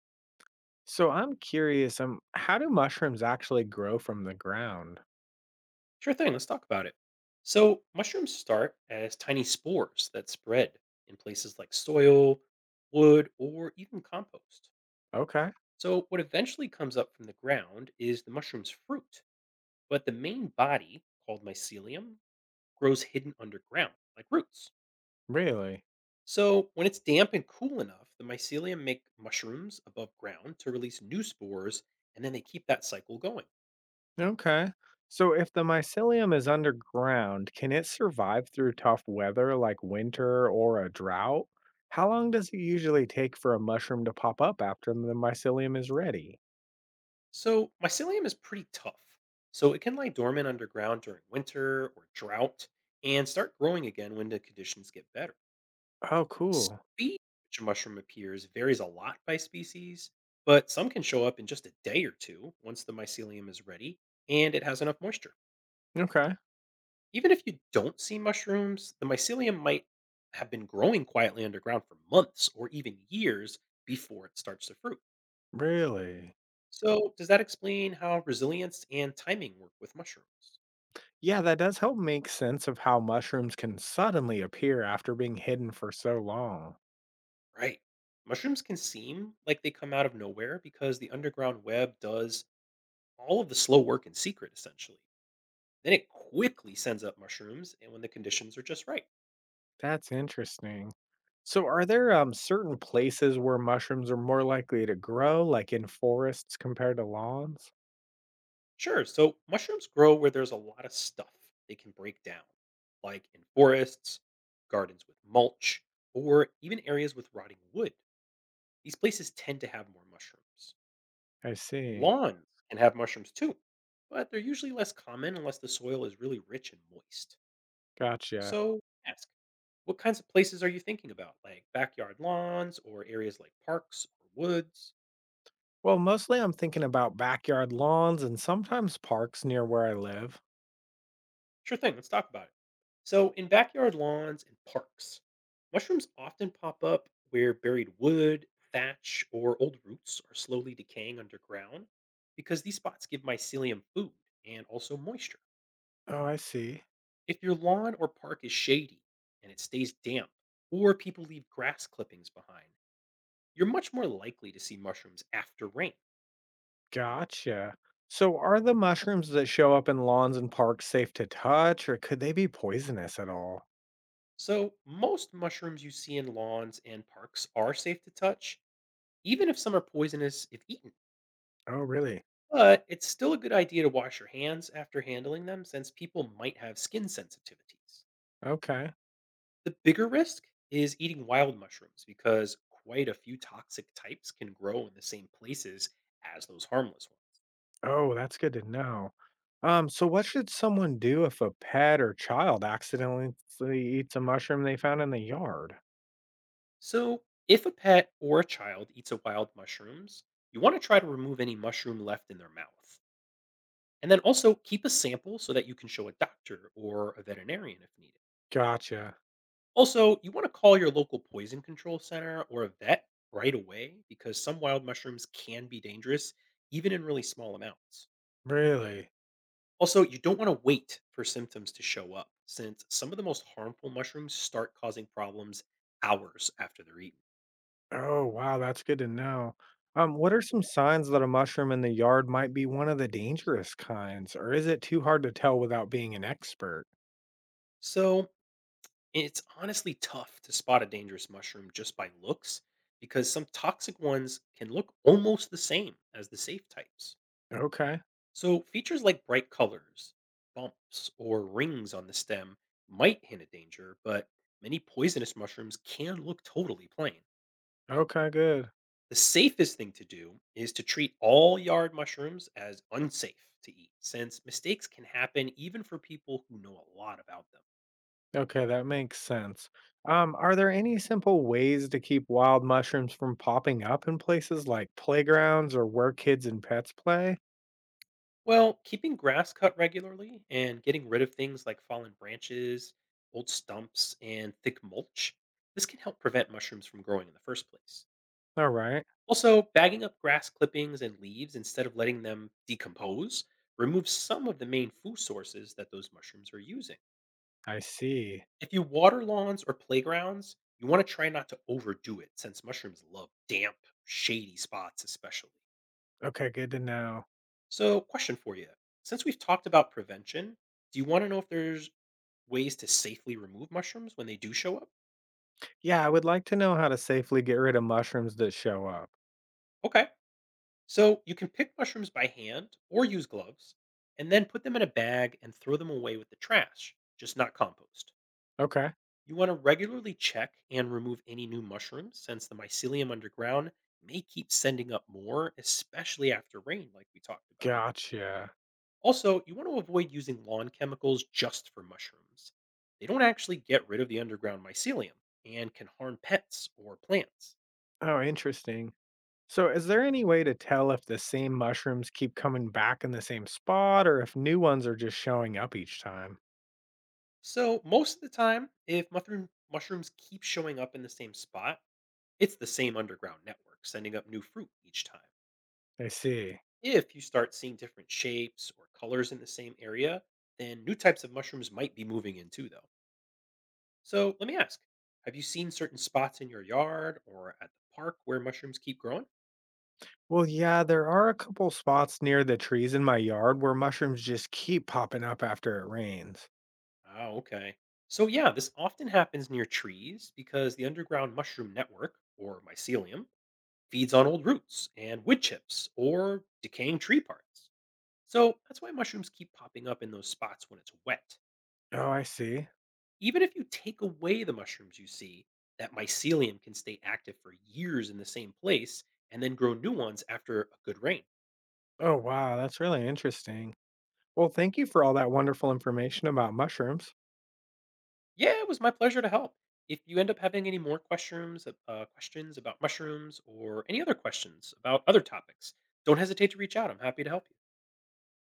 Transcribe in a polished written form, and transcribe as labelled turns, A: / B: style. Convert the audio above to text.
A: So I'm curious, how do mushrooms actually grow from the ground?
B: Sure thing. Let's talk about it. So, mushrooms start as tiny spores that spread in places like soil, wood, or even compost.
A: Okay,
B: So, what eventually comes up from the ground is the mushroom's fruit, but the main body, called mycelium, grows hidden underground, like roots.
A: really?
B: So, when it's damp and cool enough, the mycelium make mushrooms above ground to release new spores, and then they keep that cycle going.
A: Okay. So if the mycelium is underground, can it survive through tough weather like winter or a drought? How long does it usually take for a mushroom to pop up after the mycelium is ready?
B: So, mycelium is pretty tough. So, it can lie dormant underground during winter or drought and start growing again when the conditions get better.
A: Oh, cool.
B: Speed at which a mushroom appears varies a lot by species, but some can show up in just a day or two once the mycelium is ready and it has enough moisture.
A: Okay,
B: Even if you don't see mushrooms, the mycelium might have been growing quietly underground for months or even years before it starts to fruit.
A: really?
B: So, does that explain how resilience and timing work with mushrooms?
A: Yeah, that does help make sense of how mushrooms can suddenly appear after being hidden for so long.
B: Right. Mushrooms can seem like they come out of nowhere because the underground web does all of the slow work in secret, essentially. Then it quickly sends up mushrooms, and when the conditions are just right.
A: That's interesting. So, are there certain places where mushrooms are more likely to grow, like in forests compared to lawns?
B: Sure, so mushrooms grow where there's a lot of stuff they can break down, like in forests, gardens with mulch, or even areas with rotting wood. These places tend to have more mushrooms.
A: I see.
B: Lawns can have mushrooms too, but they're usually less common unless the soil is really rich and moist.
A: Gotcha.
B: So, yes, what kinds of places are you thinking about, like backyard lawns or areas like parks or woods?
A: Well, mostly I'm thinking about backyard lawns and sometimes parks near where I live.
B: Sure thing, let's talk about it. So, in backyard lawns and parks, mushrooms often pop up where buried wood, thatch, or old roots are slowly decaying underground because these spots give mycelium food and also moisture.
A: Oh, I see.
B: If your lawn or park is shady and it stays damp, or people leave grass clippings behind, you're much more likely to see mushrooms after rain.
A: Gotcha. So, are the mushrooms that show up in lawns and parks safe to touch, or could they be poisonous at all?
B: So, most mushrooms you see in lawns and parks are safe to touch, even if some are poisonous if eaten.
A: Oh, really?
B: But it's still a good idea to wash your hands after handling them since people might have skin sensitivities.
A: Okay.
B: The bigger risk is eating wild mushrooms because quite a few toxic types can grow in the same places as those harmless ones.
A: Oh, that's good to know. So what should someone do if a pet or child accidentally eats a mushroom they found in the yard?
B: So, if a pet or a child eats a wild mushrooms, you want to try to remove any mushroom left in their mouth. And then also keep a sample so that you can show a doctor or a veterinarian if needed.
A: Gotcha.
B: Also, you want to call your local poison control center or a vet right away because some wild mushrooms can be dangerous, even in really small amounts.
A: Really?
B: Also, you don't want to wait for symptoms to show up since some of the most harmful mushrooms start causing problems hours after they're eaten.
A: Oh, wow, that's good to know. What are some signs that a mushroom in the yard might be one of the dangerous kinds, or is it too hard to tell without being an expert?
B: So, it's honestly tough to spot a dangerous mushroom just by looks because some toxic ones can look almost the same as the safe types.
A: Okay.
B: So, features like bright colors, bumps, or rings on the stem might hint at danger, but many poisonous mushrooms can look totally plain.
A: Okay, good.
B: The safest thing to do is to treat all yard mushrooms as unsafe to eat, since mistakes can happen even for people who know a lot about them.
A: Okay, that makes sense. Are there any simple ways to keep wild mushrooms from popping up in places like playgrounds or where kids and pets play?
B: Well, keeping grass cut regularly and getting rid of things like fallen branches, old stumps, and thick mulch, this can help prevent mushrooms from growing in the first place.
A: All right,
B: Also, bagging up grass clippings and leaves instead of letting them decompose removes some of the main food sources that those mushrooms are using.
A: I see.
B: If you water lawns or playgrounds, you want to try not to overdo it since mushrooms love damp, shady spots, especially.
A: Okay, good to know.
B: So, question for you. Since we've talked about prevention, do you want to know if there's ways to safely remove mushrooms when they do show up?
A: Yeah, I would like to know how to safely get rid of mushrooms that show up.
B: Okay. So you can pick mushrooms by hand or use gloves, and then put them in a bag and throw them away with the trash, just not compost.
A: Okay,
B: You want to regularly check and remove any new mushrooms since the mycelium underground may keep sending up more, especially after rain, like we talked about.
A: gotcha.
B: Also, you want to avoid using lawn chemicals just for mushrooms. They don't actually get rid of the underground mycelium and can harm pets or plants.
A: Oh, interesting. So, is there any way to tell if the same mushrooms keep coming back in the same spot or if new ones are just showing up each time?
B: So, most of the time, if mushrooms keep showing up in the same spot, it's the same underground network sending up new fruit each time.
A: I see.
B: If you start seeing different shapes or colors in the same area, then new types of mushrooms might be moving in too, though. So let me ask, have you seen certain spots in your yard or at the park where mushrooms keep growing?
A: Well, yeah, there are a couple spots near the trees in my yard where mushrooms just keep popping up after it rains.
B: Oh, okay. So, yeah, this often happens near trees because the underground mushroom network, or mycelium, feeds on old roots and wood chips or decaying tree parts. So, that's why mushrooms keep popping up in those spots when it's wet.
A: Oh, I see.
B: Even if you take away the mushrooms you see, that mycelium can stay active for years in the same place and then grow new ones after a good rain.
A: Oh, wow, that's really interesting. Well, thank you for all that wonderful information about mushrooms.
B: Yeah, it was my pleasure to help. If you end up having any more questions, questions about mushrooms or any other questions about other topics, don't hesitate to reach out. I'm happy to help you.